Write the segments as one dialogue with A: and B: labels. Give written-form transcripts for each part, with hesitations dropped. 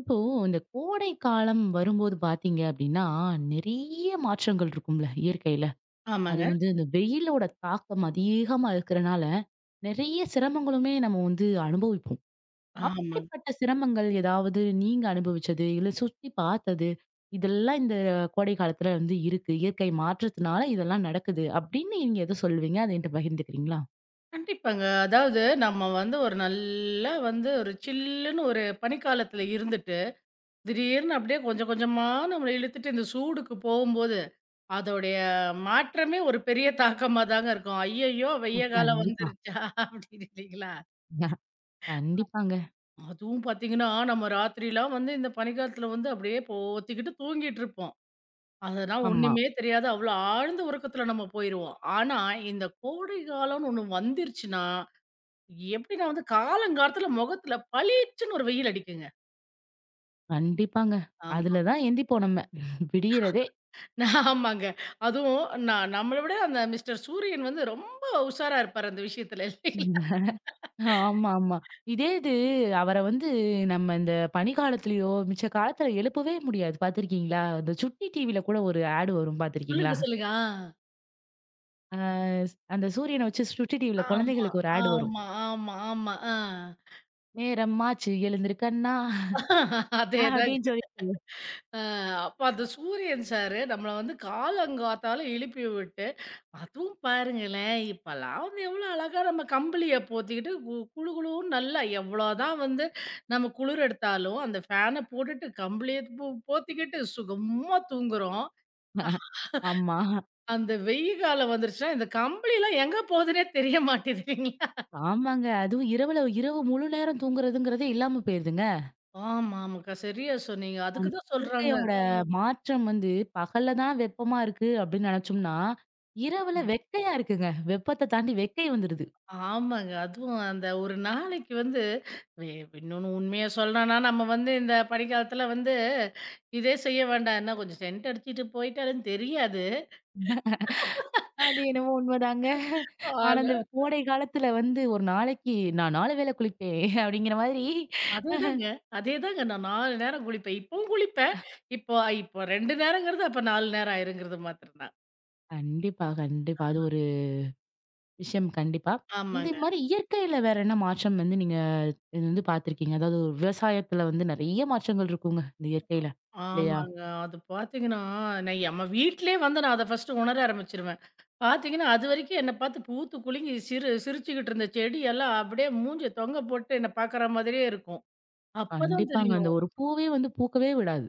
A: இப்போ இந்த கோடை காலம் வரும்போது பாத்தீங்க அப்படின்னா, நிறைய மாற்றங்கள் இருக்கும்ல இயற்கையில. அது
B: ஆமாங்க.
A: வந்து இந்த வெயிலோட தாக்கம் அதிகமா இருக்கிறனால, நிறைய சிரமங்களுமே நம்ம வந்து அனுபவிப்போம்.
B: ஆமாங்க.
A: அப்படிப்பட்ட சிரமங்கள் ஏதாவது நீங்க அனுபவிச்சது, இல்ல சுத்தி பார்த்தது, இதெல்லாம் இந்த கோடை காலத்துல வந்து இருக்கு. இயற்கை மாற்றத்தினால இதெல்லாம் நடக்குது அப்படின்னு நீங்க எத சொல்லுவீங்க? அத என்ட்ட பகிர்ந்துக்கிறீங்களா?
B: கண்டிப்பாங்க. அதாவது நம்ம வந்து ஒரு நல்லா வந்து ஒரு சில்லுன்னு ஒரு பனிக்காலத்துல இருந்துட்டு, திடீர்னு அப்படியே கொஞ்சம் கொஞ்சமா நம்மள இழுத்துட்டு இந்த சூடுக்கு போகும்போது, அதோடைய மாற்றமே ஒரு பெரிய தாக்கமா தாங்க இருக்கும். "ஐயய்யோ! வெய்ய
A: ம்.
B: காலம்
A: கண்டிப்பா.
B: வந்துருச்சா?" அப்படின்னு இல்லைங்களா?
A: ஆ, கண்டிப்பாங்க.
B: அதுவும் பார்த்தீங்கன்னா, நம்ம ராத்திரிலாம் வந்து இந்த பனிக்காலத்துல வந்து அப்படியே போத்திக்கிட்டு தூங்கிட்டு இருப்போம். அதெல்லாம்
A: ஆமா.
B: ஒண்ணுமே தெரியாது. அவ்வளோ ஆழ்ந்த உறக்கத்துல நம்ம போயிருவோம். ஆனா, இந்த கோடை காலம்னு ஒண்ணு வந்துருச்சுன்னா எப்படின்னா வந்து காலங்காலத்துல முகத்துல பளீச்சுன்னு ஒரு வெயில் அடிக்குங்க.
A: கண்டிப்பாங்க.
B: ஆமா.
A: அதுல தான் எந்திப்போம் நம்ம. விடியறதே!
B: நான் ஆமாங்க. அதுவும் நான் நம்மள விட அந்த மிஸ்டர் சூரியன் வந்து ரொம்ப உஷாரா இருப்பாரு அந்த விஷயத்துல இல்லைங்களா?
A: ஆமா, ஆமா. இதே இது அவர வந்து நம்ம இந்த பனிக்காலத்துலயோ, மிச்ச காலத்துல எழுப்பவே முடியாது பார்த்துருக்கீங்களா? இந்த சுட்டி டிவில கூட ஒரு ஆட் வரும்
B: சொல்லுங்க,
A: பார்த்துருக்கீங்களா?
B: சொல்லுங்க.
A: அ அந்த சூரியன வச்சு சுட்டி டிவில
B: ஆ. ஆமா,
A: குழந்தைகளுக்கு ஒரு ஆட் வரும்.
B: ஆமா, ஆமா, ஆமா. ஆ.
A: "நேரமாச்சு எழுந்திரு கண்ணா"
B: அதேதாங்க.
A: அப்படின்னு சொல்லி
B: அ அப்ப அந்த சூரியன் சாரு நம்மள வந்து காலங்காத்தால எழுப்பி விட்டு, அதுவும் பாருங்களேன், இப்பலாம் வந்து எவ்வளோ அழகா நம்ம கம்பளிய போத்திக்கிட்டு கு குளு குளுன்னு நல்லா எவ்வளோதான் வந்து நம்ம குளிர் எடுத்தாலும், அந்த ஃபேன போட்டுட்டு கம்பளிய போத்திக்கிட்டு சுகமா தூங்குறோம்.
A: ஆமா.
B: அந்த வெய்ய காலம் வந்துருச்சுன்னா, இந்த கம்பளிலாம் எங்க போகுதுன்னே தெரிய மாட்டேது இல்லைங்களா?
A: ஆமாங்க. அதுவும் இரவுல இரவு முழு நேரம் தூங்குறதுங்கிறதே இல்லாம போயிருதுங்க.
B: ஆமாமாக்கா. சரியா சொன்னீங்க. அதுக்கு
A: அந்த
B: தான் சொல்றாங்க.
A: இயற்கையோட மாற்றம் வந்து பகல்ல தான் வெப்பமா இருக்கு அப்படின்னு நெனைச்சோம்னா, இரவுல வெக்கையா இருக்குங்க. வெப்பத்த தாண்டி வெக்கை வந்துருது.
B: ஆமாங்க. அதுவும் அந்த ஒரு நாளைக்கு வந்து வே இன்னொன்னு உண்மைய சொல்லணும்னா, நம்ம வந்து இந்த பனிக்காலத்துல வந்து இதே செய்ய வேண்டாம். என்ன கொஞ்சம் சென்ட் அடிச்சுட்டு போயிட்டாலும் தெரியாது.
A: அது என்னமோ உண்மைதாங்க. ஆனா,
B: ஆளு
A: இந்த கோடை காலத்துல வந்து ஒரு நாளைக்கு நான் 4 வேளை குளிப்பேன் அப்படிங்கிற மாதிரி
B: அதேதாங்க, அதேதாங்க. நான் 4 நேரம் குளிப்பேன். இப்பவும் குளிப்பேன். இப்போ இப்போ 2 நேரங்கிறது அப்ப 4 நேரம் ஆயிருங்கிறது மாத்திரம் தான்.
A: கண்டிப்பா, கண்டிப்பா. அது ஒரு விஷயம் கண்டிப்பா. இது
B: ஆமாங்க.
A: மாரி இயற்கையில வேற என்ன மாற்றம் வந்து நீங்க இது வந்து பார்த்துருக்கீங்க? அதாவது ஒரு விவசாயத்துல வந்து நெறைய மாற்றங்கள் இருக்குங்க, இந்த இயற்கையில. இல்லையா?
B: ஆமாங்க. அது பார்த்தீங்கன்னா, நான் நம்ம வீட்லயே வந்து நான் அத ஃபர்ஸ்ட்டு உணர ஆரம்பிச்சுருவேன். பார்த்தீங்கன்னா, அதுவரைக்கும் என்ன பார்த்து பூத்து குலுங்கி சிரி சிரிச்சுக்கிட்டு இருந்த செடியெல்லாம் அப்படியே மூஞ்சிய தொங்க போட்டு என்ன பார்க்குற மாதிரியே இருக்கும். அப்பதான்
A: கண்டிப்பாங்க. அந்த
B: தெரியும்.
A: ஒரு பூவே வந்து பூக்கவே விடாது.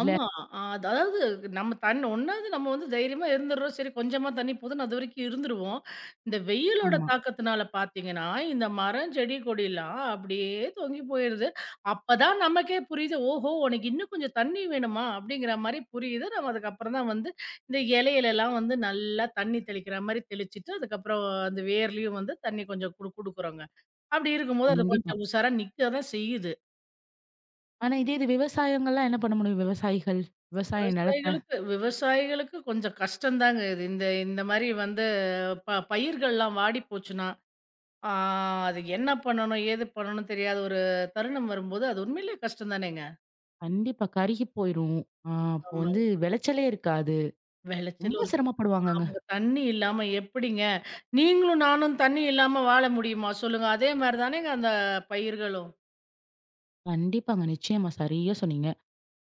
A: இல்ல?
B: அதாவது நம்ம தண்ணி ஒண்ணாவது நம்ம வந்து தைரியமா இருந்துடுறோம். சரி கொஞ்சமா தண்ணி போதுன்னு அதுவரைக்கும் இருந்துருவோம். இந்த வெயிலோட
A: ஆமா.
B: தாக்கத்தினால பார்த்தீங்கன்னா, இந்த மரம், செடி, கொடிலாம் அப்படியே தொங்கி போயிருது. அப்பதான் நமக்கே புரியுது, "ஓஹோ! உனக்கு இன்னும் கொஞ்சம் தண்ணி வேணுமா?" அப்படிங்கிற மாரி புரியுது. நம்ம அதுக்கப்புறம் தான் வந்து இந்த இலையிலலாம் வந்து நல்லா தண்ணி தெளிக்கிற மாரி தெளிச்சுட்டு, அதுக்கப்புறம் அந்த வேர்லயும் வந்து தண்ணி கொஞ்சம் குடு குடுக்குறோங்க. அப்படி இருக்கும்போது அது
A: கண்டிப்பா.
B: கொஞ்சம் உஷாரா நிக்க தான் செய்யுது.
A: ஆனா இதே இது விவசாயங்கள்லாம் என்ன பண்ண முடியும்? விவசாயிகள், விவசாய நிலத்த
B: விவசாயிகளுக்கு விவசாயிகளுக்கு கொஞ்சம் கஷ்டம்தாங்க இது. இந்த இந்த மாரி வந்து பயிர்கள்லாம் வாடி போச்சுன்னா, ஆ அது என்ன பண்ணணும்? ஏது பண்ணணும்னு தெரியாத ஒரு தருணம் வரும்போது, அது உண்மையிலேயே கஷ்டம் தானேங்க.
A: கண்டிப்பா கருகி போயிரும். ஆ அப்போ வந்து
B: ஆமாங்க.
A: விளைச்சலே இருக்காது.
B: விளைச்சல்
A: ரொம்ப
B: ஒரு
A: சிரமப்படுவாங்கங்க.
B: ஆமாங்க. தண்ணி இல்லாம எப்படிங்க? நீங்களும் நானும் தண்ணி இல்லாம வாழ முடியுமா? சொல்லுங்க. அதே மாரி தானேங்க அந்த பயிர்களும்.
A: கண்டிப்பாங்க. நிச்சயமா. சரியா சொன்னீங்க.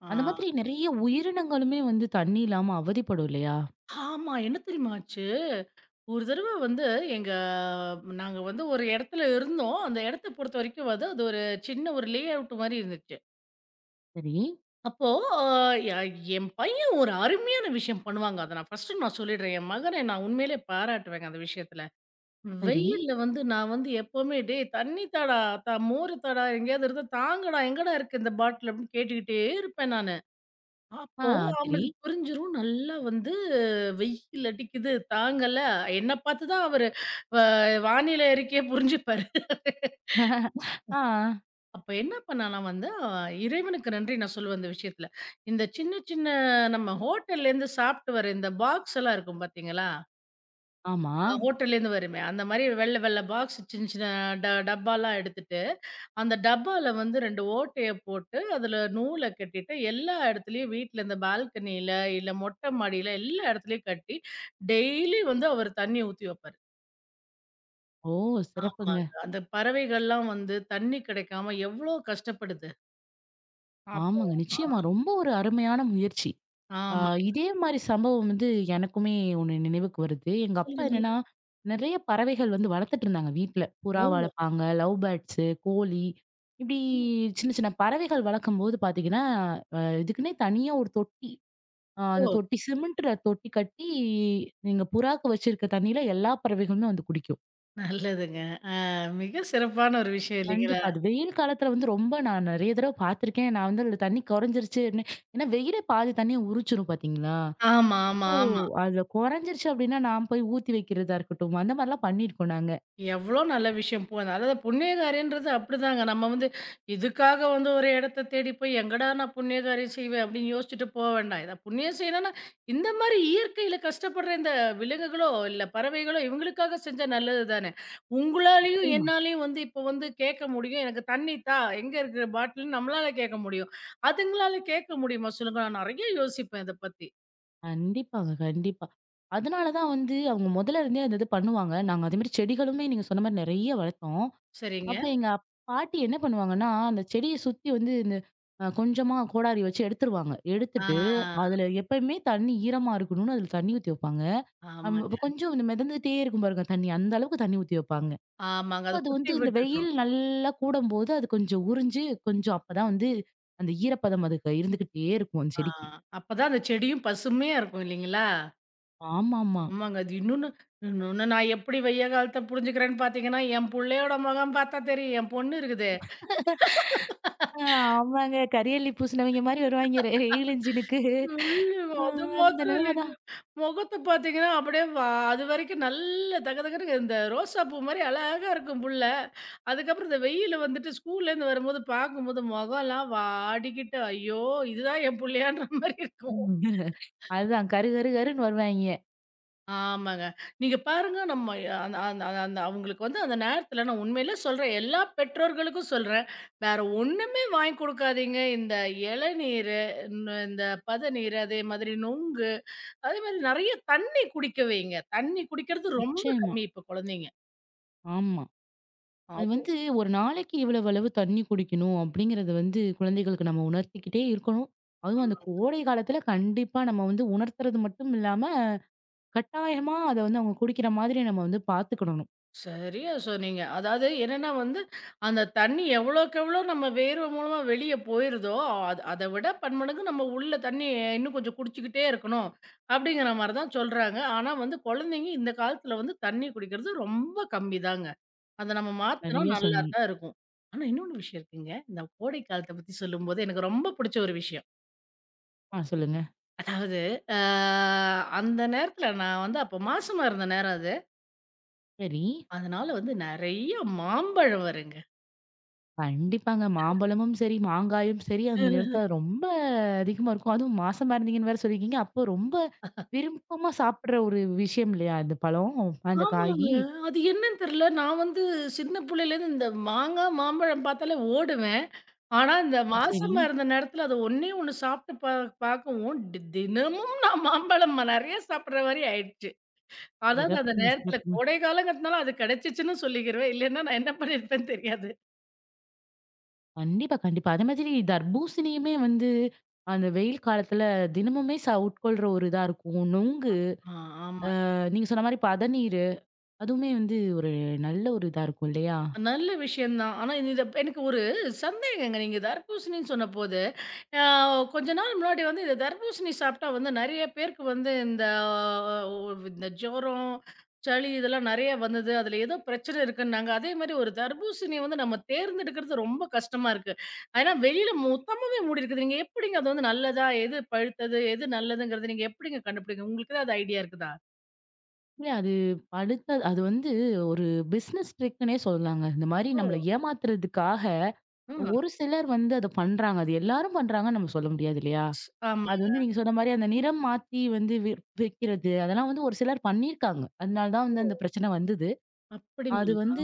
B: ஆ.
A: அந்த மாதிரி நெறைய உயிரினங்களுமே வந்து தண்ணி இல்லாம அவதிப்படும் இல்லையா?
B: ஆமா. என்ன தெரியுமா ஆச்சு? ஒரு தடவ வந்து எங்க நாங்க வந்து ஒரு இடத்துல இருந்தோம். அந்த இடத்த பொறுத்தவரைக்கும் வந்து அது ஒரு சின்ன ஒரு லே அவுட் மாரி இருந்துச்சு.
A: சரி,
B: அப்போ அ ய என் பையன் ஒரு அருமையான விஷயம் பண்ணுவாங்க. அத நான் ஃபர்ஸ்ட்டு நான் சொல்லிடுறேன். என் மகனை நான் உண்மையிலே பாராட்டுவேங்க அந்த விஷயத்துல. ம்.
A: சரி.
B: வெயில்ல வந்து நான் வந்து எப்பவுமே "டேய் தண்ணி தாடா, மோரு தாடா, எங்கேயாவது இருந்தா தாங்கடா, எங்கடா இருக்கு இந்த பாட்டில்?" அப்படின்னு கேட்டுக்கிட்டே இருப்பேன் நானு.
A: ஆ,
B: அப்போ
A: சரி.
B: அவனுக்கு புரிஞ்சிரும் நல்லா வந்து வெயில் அடிக்குது தாங்கல, என்ன பார்த்து தான் அவரு வ வானிலை அறிக்கைய புரிஞ்சுப்பாரு.
A: ஆ,
B: அப்ப என்ன பண்ணேன்னா வந்து, இறைவனுக்கு நன்றி நான் சொல்லுவேன் இந்த விஷயத்துல. இந்த சின்ன சின்ன நம்ம ஹோட்டல்லேருந்து சாப்பிட்டு வர இந்த பாக்ஸ் எல்லாம் இருக்கும் பார்த்தீங்களா?
A: ஆமா.
B: ஹோட்டல்லேருந்து வருமே, அந்த மாரி வெள்ள வெள்ள பாக்ஸ் சின்ன சின்ன டப்பாலாம் எடுத்துட்டு, அந்த டப்பால வந்து 2 ஓட்டைய போட்டு, அதில நூல கட்டிட்டு, எல்லா இடத்துலயும் வீட்ல இந்த பால்கனியில, இல்ல மொட்டை மாடியில எல்லா இடத்துலயும் கட்டி, டெய்லி வந்து அவரு தண்ணி ஊத்தி வைப்பாரு.
A: ஓ! சிறப்புங்க.
B: ஆமாங்க. அந்த பறவைகள்லாம் வந்து தண்ணி கிடைக்காம எவ்ளோ கஷ்டப்படுது. அப்போ
A: ஆமாங்க. நிச்சயமா. ரொம்ப ஒரு அருமையான முயற்சி. ஆ
B: ஆமா.
A: இதே மாரி சம்பவம் வந்து எனக்குமே ஒண்ணு நினைவுக்கு வருது. எங்க அப்பா
B: சொல்லுங்க.
A: என்னன்னா, நெறைய பறவைகள் வந்து வளர்த்துட்டு இருந்தாங்க வீட்ல. புறா
B: ஓ!
A: வளர்ப்பாங்க, லவ் பேர்ட்ஸு, கோழி இப்படி சின்ன சின்ன பறவைகள் வளர்க்கும்போது பார்த்தீங்கன்னா, இதுக்குன்னே தனியா ஒரு தொட்டி. ஆ அந்த
B: ஓ!
A: தொட்டி சிமெண்ட்ல தொட்டி கட்டி, நீங்க புறாக்கு வச்சிருக்க தண்ணீல எல்லா பறவைகளுமே வந்து குடிக்கும்.
B: நல்லதுங்க. மிக சிறப்பான ஒரு விஷயம் இல்லைங்களா?
A: கண்டிப்பா. அது வெயில் காலத்துல வந்து ரொம்ப நான் நெறைய தடவ பார்த்துருக்கேன். நான் வந்து அதில தண்ணி குறைஞ்சிருச்சுன்னு ஏன்னா வெயிலே பாதி தண்ணிய உரிச்சிரும் பார்த்தீங்களா?
B: ஆமா, ஆமா,
A: அப்போ
B: ஆமா.
A: அதுல குறைஞ்சிருச்சு அப்டின்னா, நான் போய் ஊத்தி வைக்கிறதா இருக்கட்டும், அந்த மாரிலாம் பண்ணியிருக்கோம் நாங்க.
B: எவ்ளோ நல்ல விஷயம். போ அதாவது புண்ணியகாரியன்றது அப்படிதாங்க. நம்ம வந்து இதுக்காக வந்து ஒரு இடத்த தேடி போய் எங்கடா நான் புண்ணியகாரியம் செய்வேன் அப்படின்னு யோசிச்சுட்டு போ வேண்டாம். இத புண்ணியம் செய்யணும்னா இந்த மாரி இயற்கையில கஷ்டப்படுற இந்த விலங்குகளோ, இல்ல பறவைகளோ இவங்களுக்காக செஞ்சா நல்லது தானே. உங்களாலயும்
A: நிச்சயமா.
B: என்னாலயும் வந்து இப்போ வந்து கேட்க முடியும். எனக்கு தண்ணி தா எங்க இருக்கிற பாட்டில்ன்னு நம்மளால கேட்க முடியும். அதுங்களால கேட்க முடியுமா சொல்லுங்க? நான் நெறைய யோசிப்பேன் இத பத்தி.
A: கண்டிப்பாங்க, கண்டிப்பா. அதனால தான் வந்து அவங்க முதல்ல இருந்தே அந்த இது பண்ணுவாங்க. நாங்க அதேமாரி செடிகளுமே நீங்க சொன்ன மாரி நெறைய வளர்த்தோம்.
B: சரிங்க.
A: அப்ப எங்க பாட்டி என்ன பண்ணுவாங்கன்னா, அந்த செடிய சுத்தி வந்து இந்த கொஞ்சமா கோடாரி வச்சு எடுத்துருவாங்க.
B: ஆ,
A: எடுத்துட்டு அதுல எப்பயுமே தண்ணி ஈரமா இருக்கணும்னு அதுல தண்ணி ஊத்தி வைப்பாங்க.
B: ஆமாங்க.
A: அப்ப கொஞ்சம் இந்த மிதந்துட்டே இருக்கும் பாருங்க தண்ணி, அந்த அளவுக்கு தண்ணி ஊத்தி வைப்பாங்க.
B: ஆமாங்க. அத
A: அது
B: குத்தி
A: வந்து இந்த வெயில்
B: விட்டுடுறோம்.
A: நல்லா கூடும்போது அது கொஞ்சம் உறிஞ்சு கொஞ்சம் அப்பதான் வந்து அந்த ஈரப்பதம் அதுக்கு இருந்துகிட்டே இருக்கும் அந்த
B: ஆ,
A: செடிக்கு.
B: அப்பதான் அந்த செடியும் பசுமையா இருக்கும் இல்லைங்களா?
A: ஆமாமா.
B: ஆமாங்க. அது இன்னொன்னு இன்னொன்னு நான் எப்படி வெய்ய காலத்த புரிஞ்சுக்கிறேன்னு பார்த்தீங்கன்னா, என் புள்ளையோட முகம் பார்த்தா தெரியும். என் பொண்ணு இருக்குதே.
A: அ ஆமாங்க. கரியல்லி பூசினவங்க மாரி வருவாய்ங்க. வெயில் இன்ஜினுக்கு.
B: ஐயோ!
A: அ
B: அது
A: அந்த
B: மாத்திரம்
A: நிலைமை
B: இல்லைங்க.
A: தான்.
B: முகத்த பார்த்தீங்கன்னா, அப்படியே அதுவரைக்கும் நல்ல தகதகன்னு இந்த ரோசா பூ மாரி அழகா இருக்கும் புள்ள. அதுக்கப்புறம் இந்த வெயில்ல வந்துட்டு ஸ்கூல்லேருந்து வரும்போது பார்க்கும்போது முகம்லாம் வாடிக்கிட்டு, ஐயோ! இதுதான் என் புள்ளையான்ற மாரி இருக்கும்.
A: அதுதான் கரு கரு கருன்னு வருவாய்ங்க.
B: ஆமாங்க. நீங்க பாருங்க நம்ம அந்த அந்த அந்த அந்த- அவங்களுக்கு வந்து அந்த நேரத்தில நான் உண்மையிலே சொல்றேன். எல்லா பெற்றோர்களுக்கும் சொல்றேன். வேற ஒண்ணுமே வாங்கி குடுக்காதீங்க. இந்த இளநீரு, இந்த இந்த பதநீர், அதே மாதிரி நுங்கு, அதே மாதிரி நெறைய தண்ணி குடிக்க வைங்க. தண்ணி குடிக்கிறது ரொம்ப
A: நிச்சயமா.
B: கம்மி இப்ப குழந்தைங்க.
A: ஆமா. அது வந்து
B: அதுவும்
A: ஒரு நாளைக்கு இவ்வளவு அளவு தண்ணீ குடிக்கணும் அப்படிங்கிறத வந்து குழந்தைகளுக்கு நம்ம உணர்த்திக்கிட்டே இருக்கணும். அதுவும் அந்த கோடை காலத்துல கண்டிப்பா நம்ம வந்து உணர்த்துறது மட்டும் இல்லாம, கட்டாயமா அத வந்து அவங்க குடிக்கிற மாதிரி நம்ம வந்து பார்த்துக்கிடணும்.
B: சரியா சொன்னீங்க. அதாவது என்னன்னா வந்து, அந்த தண்ணி எவ்வளோக்கெவ்வளோ நம்ம வேர்வை மூலமா வெளிய போயிருதோ, அது அத விட பன்மடங்கு நம்ம உள்ள தண்ணிய இன்னும் கொஞ்சம் குடிச்சுக்கிட்டே இருக்கணும். அப்படிங்கிற மாரி தான் சொல்றாங்க. ஆனா வந்து குழந்தைங்க இந்த காலத்துல வந்து தண்ணி குடிக்கிறது ரொம்ப கம்மி தாங்க. அத நம்ம மாத்துனா
A: சரியா
B: நல்லா
A: சொன்னீங்க.
B: தான் இருக்கும். ஆனா இன்னொன்னு விஷயம் இருக்குங்க. இந்த கோடை காலத்த பத்தி சொல்லும்போது எனக்கு ரொம்ப புடிச்ச ஒரு விஷயம்.
A: ஆ சொல்லுங்க.
B: அதாவது அ அந்த நேரத்துல நான் வந்து அப்ப மாசமா இருந்த நேரம் அது.
A: சரி.
B: அதனால வந்து நெறைய மாம்பழம் வருங்க.
A: கண்டிப்பாங்க. மாம்பழமும் சரி, மாங்காயும் சரி அந்த நேரத்துல ரொம்ப அதிகமா இருக்கும். அதுவும் மாசமா இருந்தீங்கன்னு வேற சொல்லியிருக்கீங்க. அப்போ ரொம்ப விருப்பமா சாப்பிடுற ஒரு விஷயம் இல்லையா? அந்த பழம், அந்த
B: ஆமாங்க.
A: காயி.
B: அது என்னன்னு தெரியல. நான் வந்து சின்ன புள்ளையிலேருந்து இந்த மாங்கா, மாம்பழம் பார்த்தாலே ஓடுவேன். ஆனா, இந்த
A: சரி.
B: மாசமா இருந்த நேரத்தில அத ஒண்ணே ஒண்ணு சாப்பிட்டு பார்க்கவும், தினமும் நான் மாம்பழம் நெறைய சாப்பிடுற மாரி ஆயிடுச்சு. அதாவது அந்த
A: சிறப்புங்க,
B: நேரத்தில
A: சிறப்புங்க.
B: கோடை காலங்கிறதுனால அது கிடைச்சுச்சுன்னு சொல்லிக்கிருவேன். இல்லைன்னா நான் என்ன பண்ணியிருப்பேன்னு தெரியாது.
A: கண்டிப்பா, கண்டிப்பா. அதே மாதிரி தர்பூசணியுமே வந்து அந்த வெயில் காலத்துல தினமுமே உட்கொள்ற ஒரு இதா இருக்கும். நுங்கு
B: ஆ ஆமா.
A: நீங்க சொன்ன மாரி பதநீரு, அதுவுமே வந்து ஒரு நல்ல ஒரு இதா இருக்கும் இல்லையா?
B: நல்ல விஷயம் தான். ஆனா இது இத எனக்கு ஒரு சந்தேகங்க. நீங்க தர்பூசணின்னு சொன்னபோது, அ கொஞ்ச நாள் முன்னாடி வந்து இந்த தர்பூசணி சாப்பிட்டா வந்து நெறைய பேருக்கு வந்து இந்த ஒ இந்த ஜுரம், சளி இதெல்லாம் நெறைய வந்தது. அதுல ஏதோ பிரச்சனை இருக்குன்னாங்க. அதே மாரி ஒரு தர்பூசணிய வந்து நம்ம தேர்ந்தெடுக்கிறது ரொம்ப கஷ்டமா இருக்கு. ஏன்னா வெளியில மொத்தமாவே மூடி இருக்குது. நீங்க எப்படிங்க அது வந்து நல்லதா? எது பழுத்தது? எது நல்லதுங்கிறத நீங்க எப்படிங்க கண்டுபிடிங்க? உங்களுக்கு ஏதாவது ஐடியா இருக்குதா?
A: இல்ல அது படுத்த அது வந்து ஒரு பிசினஸ் ட்ரிக்ன்னே சொல்லலாங்க. இந்த மாரி
B: ஓ!
A: நம்மள ஏமாத்துறதுக்காக
B: ம்.
A: ஒரு சிலர் வந்து அத பண்றாங்க. அது எல்லாரும் பண்றாங்கன்னு நம்ம சொல்ல முடியாது இல்லையா?
B: ஆமா.
A: அது வந்து நீங்க சொன்ன மாரி அந்த நிறம் மாத்தி வந்து விக்கிறது, அதெல்லாம் வந்து ஒரு சிலர் பண்ணியிருக்காங்க. அதனால தான் வந்து அந்த
B: ஓ!
A: பிரச்சனை வந்தது. அது
B: அப்படிங்களா?
A: வந்து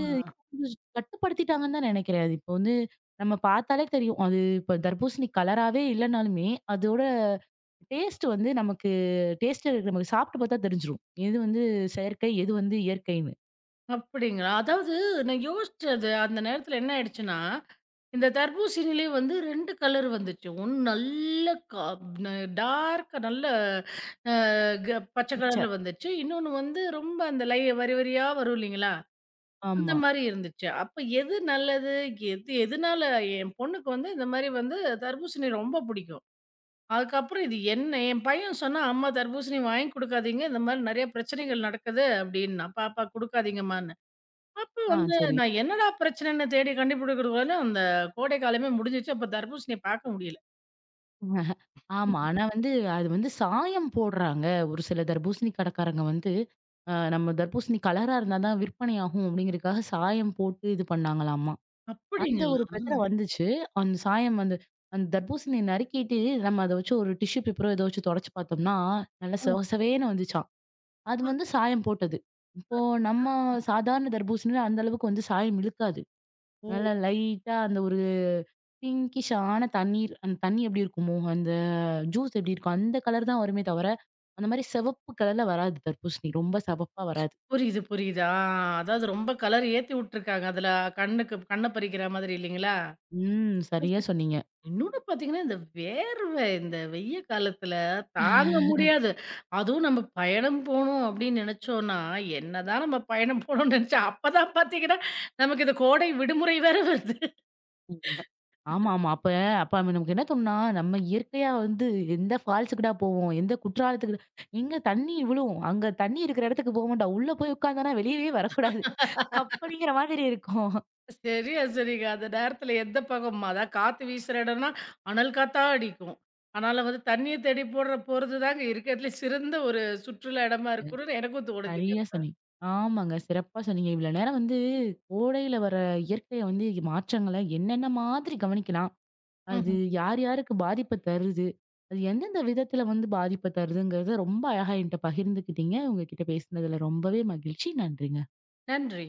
A: கொஞ்சம் கட்டுப்படுத்திட்டாங்கன்னு தான் நினைக்கிறேன். அது இப்போ வந்து நம்ம பார்த்தாலே தெரியும். அது இப்ப தர்பூசணி கலராவே இல்லனாலுமே, அதோட டேஸ்ட் வந்து நமக்கு டேஸ்ட் நமக்கு சாப்பிட்டு பார்த்தா தெரிஞ்சிரும். எது வந்து செயற்கை, எது வந்து இயற்கைன்னு.
B: அப்படிங்களா? அதாவது நான் யோசிச்சது அந்த நேரத்துல என்ன ஆயிடுச்சுன்னா, இந்த தர்பூசணியிலே வந்து 2 கலர் வந்துச்சு. ஒண்ணு நல்ல க ந டார்க்கா நல்ல அ க பச்சை
A: ச்ச
B: கலர்ல வந்துச்சு. இன்னொன்னு வந்து ரொம்ப அந்த வரி வரியா வரும் இல்லைங்களா? அந்த
A: ஆமா.
B: மாரி இருந்துச்சு. அப்ப எது நல்லது? எது எதுனால என் பொண்ணுக்கு வந்து இந்த மாரி வந்து தர்பூசணி ரொம்ப பிடிக்கும். அதுக்கப்புறம் இது என்ன? என் பையன் சொன்னா, "அம்மா தர்பூசணி வாங்கி குடுக்காதீங்க. இந்த மாரி நெறைய பிரச்சனைகள் நடக்குது" அப்படின்னா. "பாப்பா குடுக்காதீங்கம்மா" அப்ப
A: ஆ
B: வந்து
A: சரி.
B: நான் என்னடா பிரச்சனைன்னு தேடி கண்டுபிடிக்கிறதுக்குள்ள அந்த கோடை காலமே முடிஞ்சிருச்சு. அப்ப தர்பூசணிய பார்க்க முடியல.
A: ஆமா. ஆனா வந்து அது வந்து சாயம் போடுறாங்க. ஒரு சில தர்பூசணி கடைக்காரங்க வந்து, அ நம்ம தர்பூசணி கலரா இருந்தா தான் விற்பனை ஆகும் அப்படிங்கிறதுக்காக சாயம் போட்டு இது பண்ணாங்களாமா. அந்த
B: அப்படிங்களா?
A: ஒரு பிரச்சனை வந்துச்சு. அந்த சாயம் வந்து அந்த தர்பூசணிய நறுக்கிட்டு, நம்ம அத வச்சு ஒரு டிஷ்யூ பேப்பரோ ஏதோ வச்சு தொடச்சு பார்த்தோம்னா, நல்லா
B: அ.
A: செவ செவேன்னு வந்துச்சாம். அது
B: ஆ.
A: வந்து சாயம் போட்டது. இப்போ நம்ம சாதாரண தர்பூசணியில அந்த அளவுக்கு வந்து சாயம் இழுக்காது.
B: ஓ!
A: நல்லா லைட்டா அந்த ஒரு பிங்கிஷான தண்ணீர் அந்த தண்ணி எப்படி இருக்குமோ, அந்த ஜூஸ் எப்படி இருக்கும், அந்த கலர் தான் வருமே தவிர, அந்த மாரி சிவப்பு கலர்ல வராது தர்பூசணி. ரொம்ப சிவப்பா வராது.
B: புரியுது, புரியுது. ஆ அதாவது ரொம்ப கலர் ஏத்தி விட்டுருக்காங்க. அதுல கண்ணுக்கு கண்ண பறிக்கிற மாதிரி இல்லைங்களா?
A: ம்.
B: அது
A: சரியா சொன்னீங்க.
B: இன்னொன்னு பார்த்தீங்கன்னா, இந்த வேர்வை இந்த வெய்ய காலத்துல தாங்க முடியாது. அதுவும் நம்ம பயணம் போணும் அப்படின்னு நினைச்சோம்னா, என்னதான் நம்ம பயணம் போணும்னு நினைச்சா அப்பதான் பார்த்தீங்கன்னா, நமக்கு இந்த கோடை விடுமுறை வேற வருது.
A: ம். ஆமா, ஆமா. அப்ப அப்ப அவன் நமக்கு என்ன தோணும்னா, நம்ம இயற்கையா வந்து எந்த ஃபால்ஸுக்குடா போவோம்? எந்த குற்றாலத்துக்கு எங்க தண்ணி விழும். அங்க தண்ணி இருக்கிற இடத்துக்கு போமாட்டா. உள்ள போய் உட்கார்ந்தானா வெளியவே வரக்கூடாது. அப்படிங்கிற மாதிரி இருக்கும்.
B: சரியா சொன்னீங்க. அந்த நேரத்துல எந்த பக்கம் அதான் காத்து வீசுற இடம்னா, அனல் காத்தா அடிக்கும். ஆனாலும் வந்து தண்ணிய தேடி போடுற போறது தாங்க இருக்கிறதுலே சிறந்த ஒரு சுற்றுலா இடமா இருக்கும்னு எனக்கும் தோணுதுங்க.
A: சரியா சொன்னீங்க. ஆமாங்க. சிறப்பா சொன்னீங்க. இவ்வளோ நேரம் வந்து கோடையில வர இயற்கைய வந்து மாற்றங்கள என்னென்ன மாதிரி கவனிக்கலாம்? அது
B: ம்ஹ்ம்.
A: யார் யாருக்கு பாதிப்ப தருது? அது எந்தெந்த விதத்தில வந்து பாதிப்ப தருதுங்கிறத ரொம்ப அழகா என்கிட்ட பகிர்ந்துக்கிட்டீங்க. உங்க கிட்ட பேசினதுல ரொம்பவே மகிழ்ச்சி. நன்றிங்க.
B: நன்றி.